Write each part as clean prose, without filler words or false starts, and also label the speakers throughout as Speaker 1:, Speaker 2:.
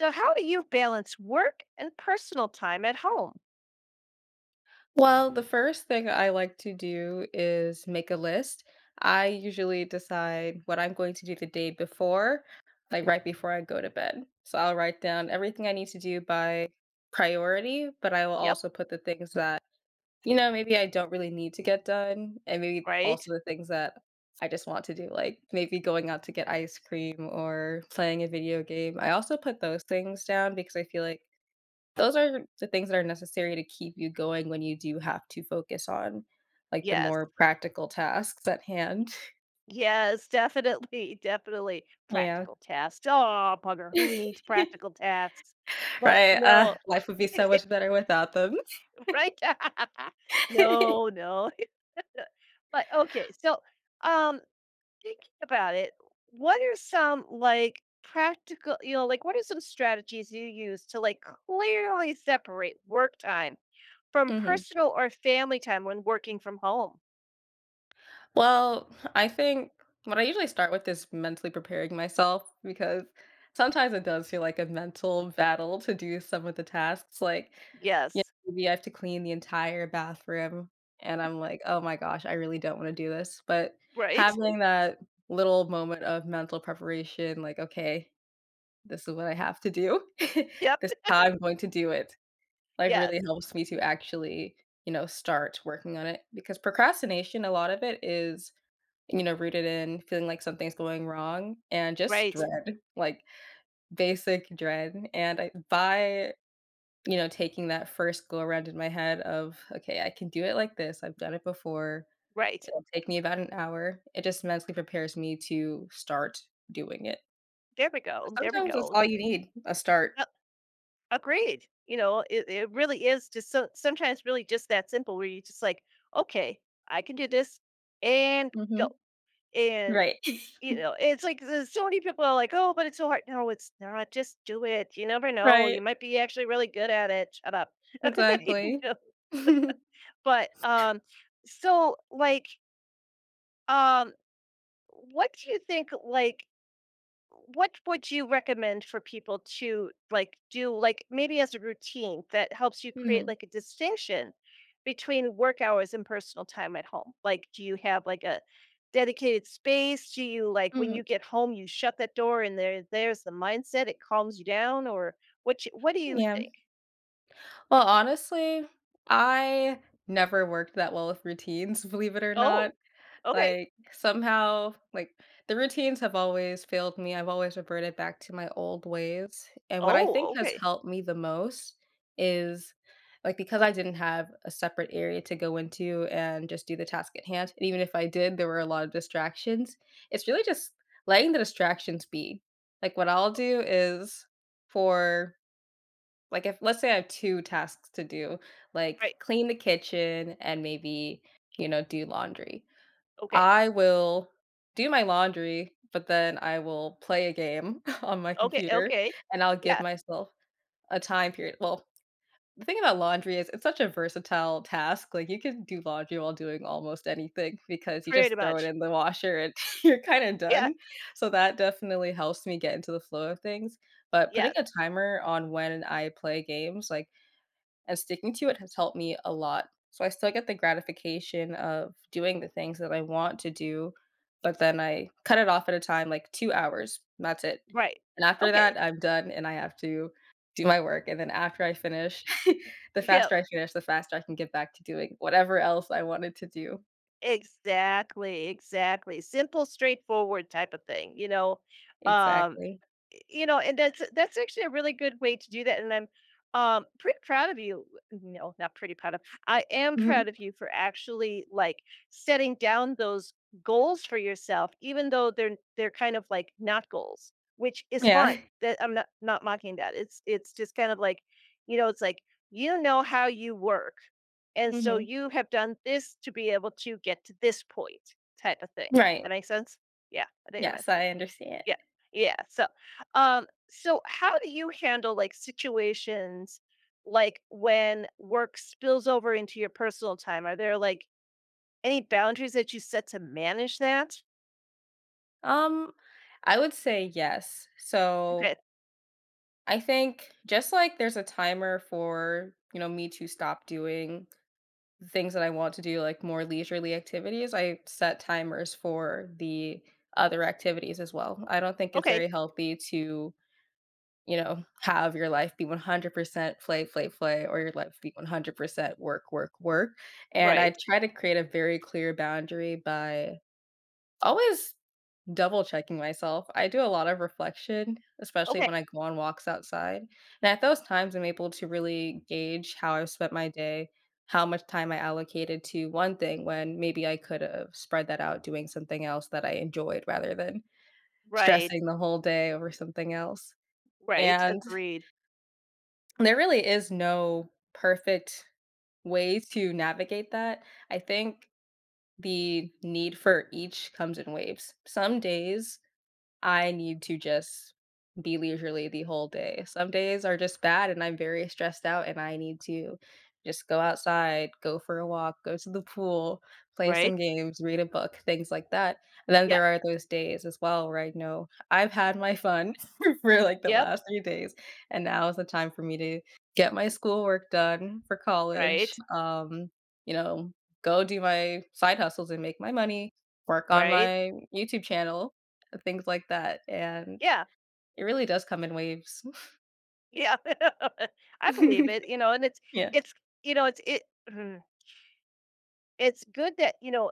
Speaker 1: So, how do you balance work and personal time at home?
Speaker 2: Well, the first thing I like to do is make a list. I usually decide what I'm going to do the day before, like right before I go to bed. So I'll write down everything I need to do by priority, but I will
Speaker 1: Yep,
Speaker 2: also put the things that, you know, maybe I don't really need to get done, and maybe
Speaker 1: right?
Speaker 2: also the things that I just want to do, like maybe going out to get ice cream or playing a video game. I also put those things down because I feel like those are the things that are necessary to keep you going when you do have to focus on, like, the
Speaker 1: Yes,
Speaker 2: more practical tasks at hand.
Speaker 1: yes, definitely, definitely.
Speaker 2: Yeah.
Speaker 1: Practical tasks. Oh, bugger, who needs practical tasks? But
Speaker 2: Right,
Speaker 1: no,
Speaker 2: life would be so much better without them.
Speaker 1: right? No, no. But okay, so um, thinking about it, what are some like practical, like what are some strategies you use to like clearly separate work time from
Speaker 2: Mhm.
Speaker 1: personal or family time when working from home?
Speaker 2: Well, I think what I usually start with is mentally preparing myself because sometimes it does feel like a mental battle to do some of the tasks. Like, you
Speaker 1: Yes.
Speaker 2: know, maybe I have to clean the entire bathroom, and I'm like, oh my gosh, I really don't want to do this. But
Speaker 1: Right.
Speaker 2: having that little moment of mental preparation, like, okay, this is what I have to do, this
Speaker 1: Yep.
Speaker 2: is how I'm going to do it, like, really
Speaker 1: Yes.
Speaker 2: helps me to actually, you know, start working on it because procrastination, a lot of it is you know, rooted in feeling like something's going wrong and just
Speaker 1: Right.
Speaker 2: dread, like basic dread. And I, by, you know, taking that first go around in my head of, okay, I can do it like this. I've done it before.
Speaker 1: Right.
Speaker 2: It'll take me about an hour. It just mentally prepares me to start doing it.
Speaker 1: There we go. There we
Speaker 2: Sometimes that's
Speaker 1: go.
Speaker 2: all you need, a start.
Speaker 1: Uh, agreed. You know, it really is just so sometimes really just that simple where you just like, okay, I can do this and go.
Speaker 2: Hmm.
Speaker 1: And
Speaker 2: Right.
Speaker 1: y- you know, it's like there's so many people are like, oh, but it's so hard. No, it's not. Just do it. You never know.
Speaker 2: Right.
Speaker 1: You might be actually really good at it. Shut up. You
Speaker 2: Exactly.
Speaker 1: know? But so like um, what do you think like what would you recommend for people to, like, do, like, maybe as a routine that helps you create,
Speaker 2: Hmm.
Speaker 1: like, a distinction between work hours and personal time at home? Like, do you have, like, a dedicated space? Do you, like, when
Speaker 2: Hmm.
Speaker 1: you get home, you shut that door and there's the mindset, it calms you down, or what you what do you
Speaker 2: Yeah.
Speaker 1: think?
Speaker 2: Well, honestly, I never worked that well with routines, believe it or not.
Speaker 1: Oh, okay.
Speaker 2: Like, somehow, like, the routines have always failed me. I've always reverted back to my old ways. And what I think
Speaker 1: Oh,
Speaker 2: has
Speaker 1: okay.
Speaker 2: helped me the most is like because I didn't have a separate area to go into and just do the task at hand. And even if I did, there were a lot of distractions. It's really just letting the distractions be. Like, what I'll do is for like, if let's say I have 2 tasks to do, like
Speaker 1: Right.
Speaker 2: clean the kitchen and maybe, you know, do laundry.
Speaker 1: Okay.
Speaker 2: I will do my laundry, but then I will play a game on my
Speaker 1: Okay,
Speaker 2: computer
Speaker 1: okay.
Speaker 2: and I'll give
Speaker 1: Yeah,
Speaker 2: myself a time period. Well, the thing about laundry is it's such a versatile task. Like, you can do laundry while doing almost anything because you
Speaker 1: pretty
Speaker 2: just throw it
Speaker 1: much.
Speaker 2: in the washer and you're kinda
Speaker 1: Yeah,
Speaker 2: done. So that definitely helps me get into the flow of things. But
Speaker 1: yeah,
Speaker 2: putting a timer on when I play games, like, and sticking to it has helped me a lot. So I still get the gratification of doing the things that I want to do, but then I cut it off at a time, like 2 hours, and that's it.
Speaker 1: right.
Speaker 2: And after that,
Speaker 1: Okay.
Speaker 2: I'm done and I have to do my work, and then after I finish, the
Speaker 1: Yeah.
Speaker 2: faster I finish, the faster I can get back to doing whatever else I wanted to do.
Speaker 1: Exactly, exactly. Simple, straightforward type of thing, you know? Um,
Speaker 2: Exactly.
Speaker 1: you know, and that's actually a really good way to do that, and I'm pretty proud of you. No, not pretty proud of. I am proud
Speaker 2: Mhm.
Speaker 1: of you for actually like setting down those goals for yourself, even though they're kind of like not goals, which is fine.
Speaker 2: Yeah.
Speaker 1: That I'm not not mocking that. It's just kind of like, you know, it's like you know how you work, and so
Speaker 2: Mhm.
Speaker 1: you have done this to be able to get to this point, type of thing. That
Speaker 2: Right.
Speaker 1: makes sense. Yeah, I think that
Speaker 2: Yes,
Speaker 1: makes sense.
Speaker 2: I understand.
Speaker 1: Yeah. Yeah. So, so how do you handle like situations like when work spills over into your personal time? Are there like any boundaries that you set to manage that?
Speaker 2: Um, I would say yes. So
Speaker 1: Okay.
Speaker 2: I think just like there's a timer for, you know, me to stop doing the things that I want to do, like more leisurely activities, I set timers for the other activities as well. I don't think it's
Speaker 1: Okay.
Speaker 2: very healthy to, you know, have your life be 100% play, play, play, or your life be 100% work, work, work. And I
Speaker 1: Right.
Speaker 2: try to create a very clear boundary by always double checking myself. I do a lot of reflection, especially
Speaker 1: Okay.
Speaker 2: when I go on walks outside. And at those times, I'm able to really gauge how I've spent my day, how much time I allocated to one thing when maybe I could have spread that out doing something else that I enjoyed rather than
Speaker 1: Right.
Speaker 2: stressing the whole day over something else.
Speaker 1: Right.
Speaker 2: And
Speaker 1: Agreed.
Speaker 2: there really is no perfect way to navigate that. I think the need for each comes in waves. Some days, I need to just be leisurely the whole day. Some days are just bad and I'm very stressed out and I need to just go outside, go for a walk, go to the pool, play
Speaker 1: Right.
Speaker 2: some games, read a book, things like that. And then
Speaker 1: Yeah.
Speaker 2: there are those days as well where I know I've had my fun for like the
Speaker 1: Yep.
Speaker 2: last 3 days. And now is the time for me to get my schoolwork done for college.
Speaker 1: Right.
Speaker 2: You know, go do my side hustles and make my money, work on
Speaker 1: Right.
Speaker 2: my YouTube channel things like that, and
Speaker 1: Yeah.
Speaker 2: it really does come in waves.
Speaker 1: Yeah. I believe it. You know, and it's
Speaker 2: Yeah.
Speaker 1: it's you know, it's it It's good that, you know,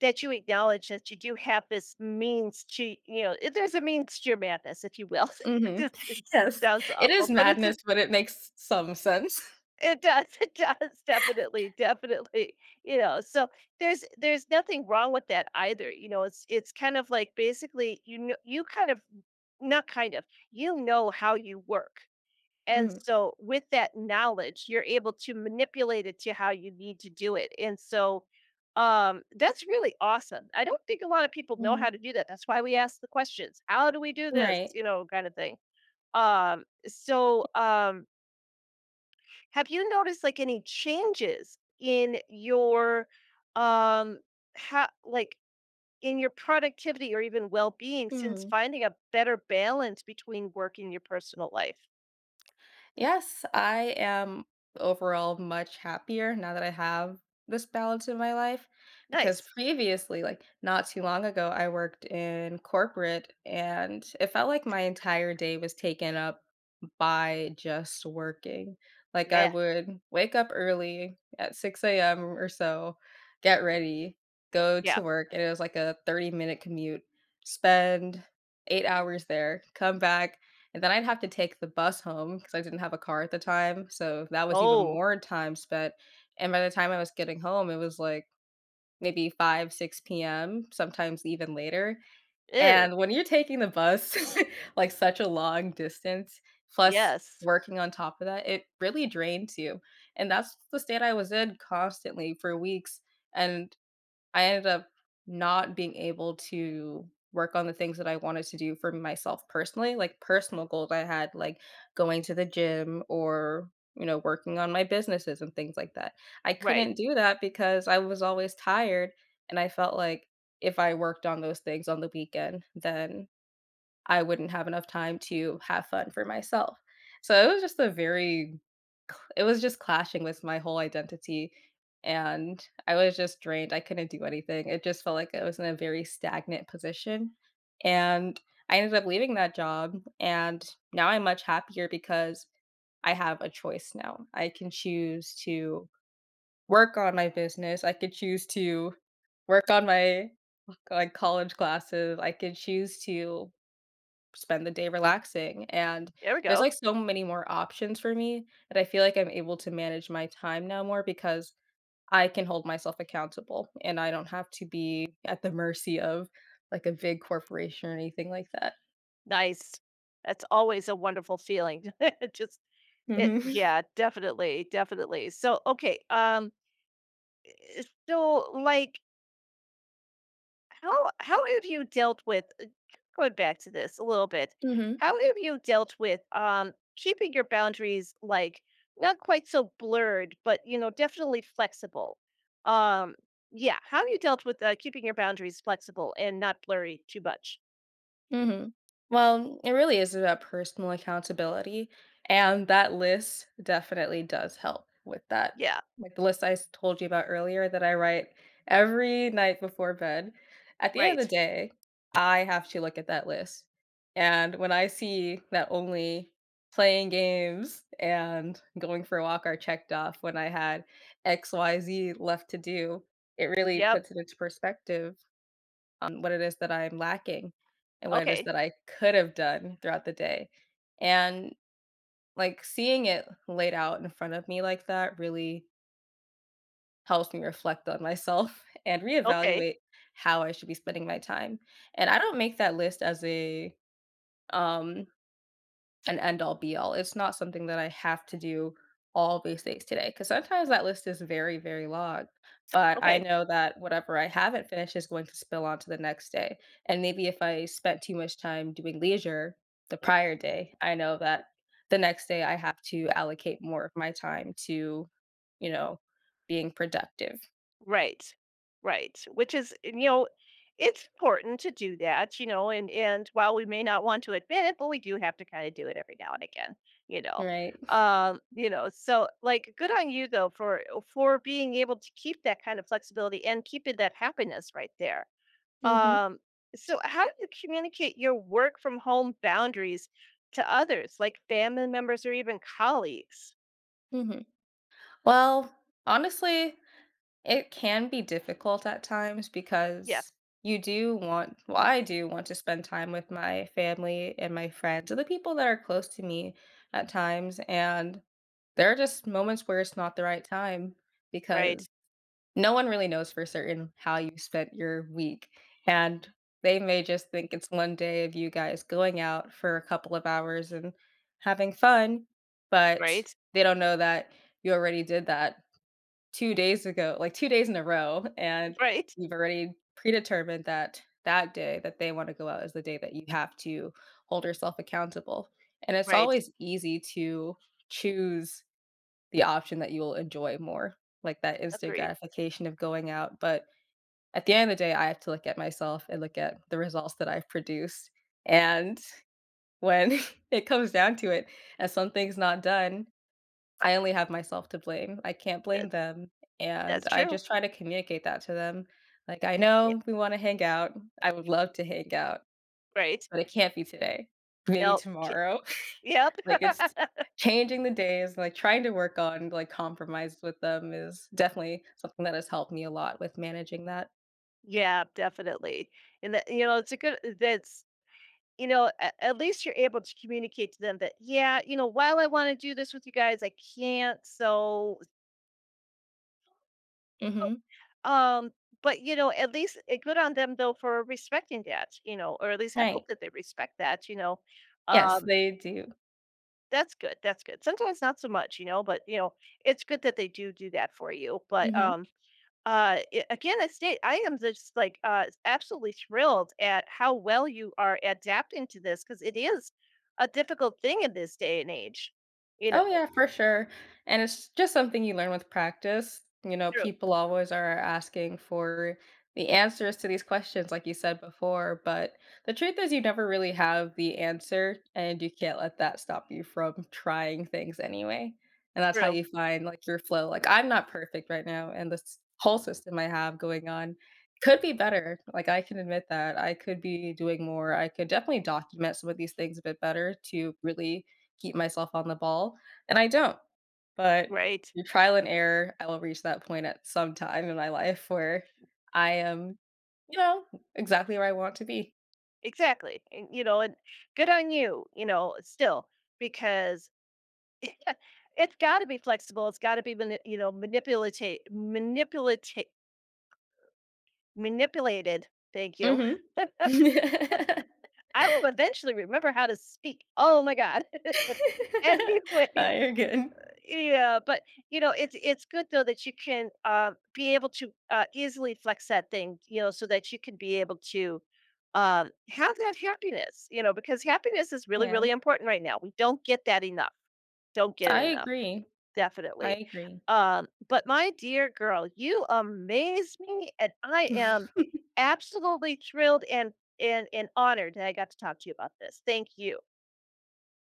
Speaker 1: that you acknowledge that you do have this means to you know, there's a means to your madness, if you will. It
Speaker 2: Mhm.
Speaker 1: just it
Speaker 2: Yes.
Speaker 1: sounds
Speaker 2: It is
Speaker 1: awful, but it's a
Speaker 2: madness, but it makes some sense.
Speaker 1: it does, it does, definitely, definitely, you know, so there's nothing wrong with that either, you know, it's kind of like basically, you know you kind of not kind of, you know how you work. And
Speaker 2: Mhm.
Speaker 1: so with that knowledge, you're able to manipulate it to how you need to do it. And so that's really awesome. I don't think a lot of people know how
Speaker 2: Mhm.
Speaker 1: to do that. That's why we ask the questions. How do we do this?
Speaker 2: Right.
Speaker 1: You know, kind of thing. Um so um have you noticed like any changes in your um how like in your productivity or even well-being since
Speaker 2: Mhm.
Speaker 1: finding a better balance between work and your personal life?
Speaker 2: Yes, I am overall much happier now that I have this balance in my life because
Speaker 1: Nice.
Speaker 2: previously, like, not too long ago, I worked in corporate, and it felt like my entire day was taken up by just working. Like, I
Speaker 1: Yeah.
Speaker 2: would wake up early at 6 AM or so, get ready, go
Speaker 1: Yeah.
Speaker 2: to work, and it was like a 30-minute commute, spend 8 hours there, come back, and then I'd have to take the bus home because I didn't have a car at the time, so that was even
Speaker 1: Oh.
Speaker 2: more time spent, and by the time I was getting home, it was, like, maybe 5, 6 PM, sometimes even later,
Speaker 1: Ew,
Speaker 2: and when you're taking the bus, like, such a long distance, plus
Speaker 1: yes,
Speaker 2: working on top of that, it really drains you, and that's the state I was in constantly for weeks, and I ended up not being able to work on the things that I wanted to do for myself personally, like personal goals I had, like going to the gym or, you know, working on my businesses and things like that. I
Speaker 1: right.
Speaker 2: couldn't do that because I was always tired. And I felt like if I worked on those things on the weekend, then I wouldn't have enough time to have fun for myself. So it was just a very it was just clashing with my whole identity, and I was just drained, I couldn't do anything. It just felt like I was in a very stagnant position, and I ended up leaving that job, and now I'm much happier because I have a choice now. I can choose to work on my business, I could choose to work on my, like, college classes, I could choose to spend the day relaxing, and
Speaker 1: There we
Speaker 2: there's,
Speaker 1: go.
Speaker 2: like, so many more options for me that I feel like I'm able to manage my time now more because I can hold myself accountable, and I don't have to be at the mercy of, like, a big corporation or anything like that.
Speaker 1: Nice. That's always a wonderful feeling. It Just it
Speaker 2: Mhm.
Speaker 1: yeah, definitely, definitely. So, okay, eh, so, like, how have you dealt with going back to this a little bit, how have you dealt with, keeping your boundaries, like, not quite so blurred, but, you know, definitely flexible? Um, yeah, how have you dealt with, keeping your boundaries flexible and not blurry too much?
Speaker 2: Hmm. Well, it really is about personal accountability. And that list definitely does help with that.
Speaker 1: Yeah.
Speaker 2: Like the list I told you about earlier that I write every night before bed. At the end
Speaker 1: Right.
Speaker 2: of the day, I have to look at that list. And when I see that only playing games and going for a walk are checked off when I had XYZ left to do, it really
Speaker 1: Yep.
Speaker 2: puts it into perspective on what it is that I'm lacking and what it is
Speaker 1: Okay.
Speaker 2: that I could have done throughout the day. And like seeing it laid out in front of me like that really helps me reflect on myself and
Speaker 1: Okay.
Speaker 2: reevaluate how I should be spending my time. And I don't make that list as a um an end all be all. It's not something that I have to do all these things today because sometimes that list is very, very long. But I
Speaker 1: Okay.
Speaker 2: know that whatever I haven't finished is going to spill onto the next day. And maybe if I spent too much time doing leisure the prior day, I know that the next day I have to allocate more of my time to, you know, being productive.
Speaker 1: Right. Right. Which is, you know, it's important to do that, you know, and while we may not want to admit it, but we do have to kind of do it every now and again, you know.
Speaker 2: Right.
Speaker 1: You know, so like good on you though for being able to keep that kind of flexibility and keeping that happiness right there.
Speaker 2: Hmm.
Speaker 1: Um, so how do you communicate your work from home boundaries to others, like family members or even colleagues?
Speaker 2: Hmm. Well, honestly, it can be difficult at times
Speaker 1: Yeah,
Speaker 2: because you do want well, I do want to spend time with my family and my friends and the people that are close to me at times. And there are just moments where it's not the right time
Speaker 1: right.
Speaker 2: because no one really knows for certain how you spent your week. And they may just think it's one day of you guys going out for a couple of hours and having fun, but
Speaker 1: Right,
Speaker 2: they don't know that you already did that 2 days ago like, 2 days in a row, and
Speaker 1: right,
Speaker 2: you've already predetermined that that day that they wanna go out is the day that you have to hold yourself accountable, and it's
Speaker 1: right,
Speaker 2: always easy to choose the option that you'll enjoy more, like that instant
Speaker 1: agreed.
Speaker 2: gratification of going out, but at the end of the day, I have to look at myself and look at the results that I've produced, and when it comes down to it, and something's not done, I only have myself to blame. I can't blame
Speaker 1: That
Speaker 2: them, and
Speaker 1: that's
Speaker 2: I
Speaker 1: true.
Speaker 2: just try to communicate that to them. Like, "I
Speaker 1: Yeah,
Speaker 2: know we wanna hang out. I would love to hang out,
Speaker 1: right.
Speaker 2: but it can't be today. Maybe
Speaker 1: No, ki
Speaker 2: tomorrow."
Speaker 1: yep.
Speaker 2: Like, it's changing the days, like, trying to work on, like, compromise with them is definitely something that has helped me a lot with managing that.
Speaker 1: Yeah, definitely, and that you know, it's a good that's you know, a at least you're able to communicate to them that, "Yeah, you know, while I wanna do this with you guys, I can't, so,
Speaker 2: Mhm.
Speaker 1: um" but, you know, at least good on them, though, for respecting that, you know, or at least I hope
Speaker 2: Right.
Speaker 1: that they respect that, you know,
Speaker 2: Yes,
Speaker 1: um
Speaker 2: they do.
Speaker 1: that's good, that's good. Sometimes not so much, you know, but, you know, it's good that they do do that for you, but,
Speaker 2: Mhm.
Speaker 1: I again, I state I am just, like, absolutely thrilled at how well you are adapting to this because it is a difficult thing in this day and age, you know?
Speaker 2: Oh, yeah, for sure. And it's just something you learn with practice. You know,
Speaker 1: True,
Speaker 2: people always are asking for the answers to these questions, like you said before. But the truth is, you never really have the answer, and you can't let that stop you from trying things anyway. And that's how
Speaker 1: true,
Speaker 2: you find like your flow. Like, I'm not perfect right now, and this whole system I have going on could be better. Like, I can admit that I could be doing more. I could definitely document some of these things a bit better to really keep myself on the ball and I don't, but
Speaker 1: right,
Speaker 2: through trial and error, I will reach that point at some time in my life where I am, you know, exactly where I want to be.
Speaker 1: exactly, and, you know, and good on you, you know, still, because it's gotta be flexible, it's gotta be mani you know, manipulata manipulata manipulated, thank you.
Speaker 2: Mhm.
Speaker 1: I will eventually remember how to speak. Oh my god. Anyways,
Speaker 2: You're good.
Speaker 1: yeah, but you know, it's good though that you can be able to easily flex that thing, you know, so that you can be able to have that happiness, you know, because happiness is really,
Speaker 2: Yeah,
Speaker 1: really important right now. We don't get that enough. Don't get it
Speaker 2: I
Speaker 1: enough,
Speaker 2: agree, I
Speaker 1: definitely.
Speaker 2: agree.
Speaker 1: But my dear girl, you amaze me, and I am absolutely thrilled and and honored that I got to talk to you about this. Thank you.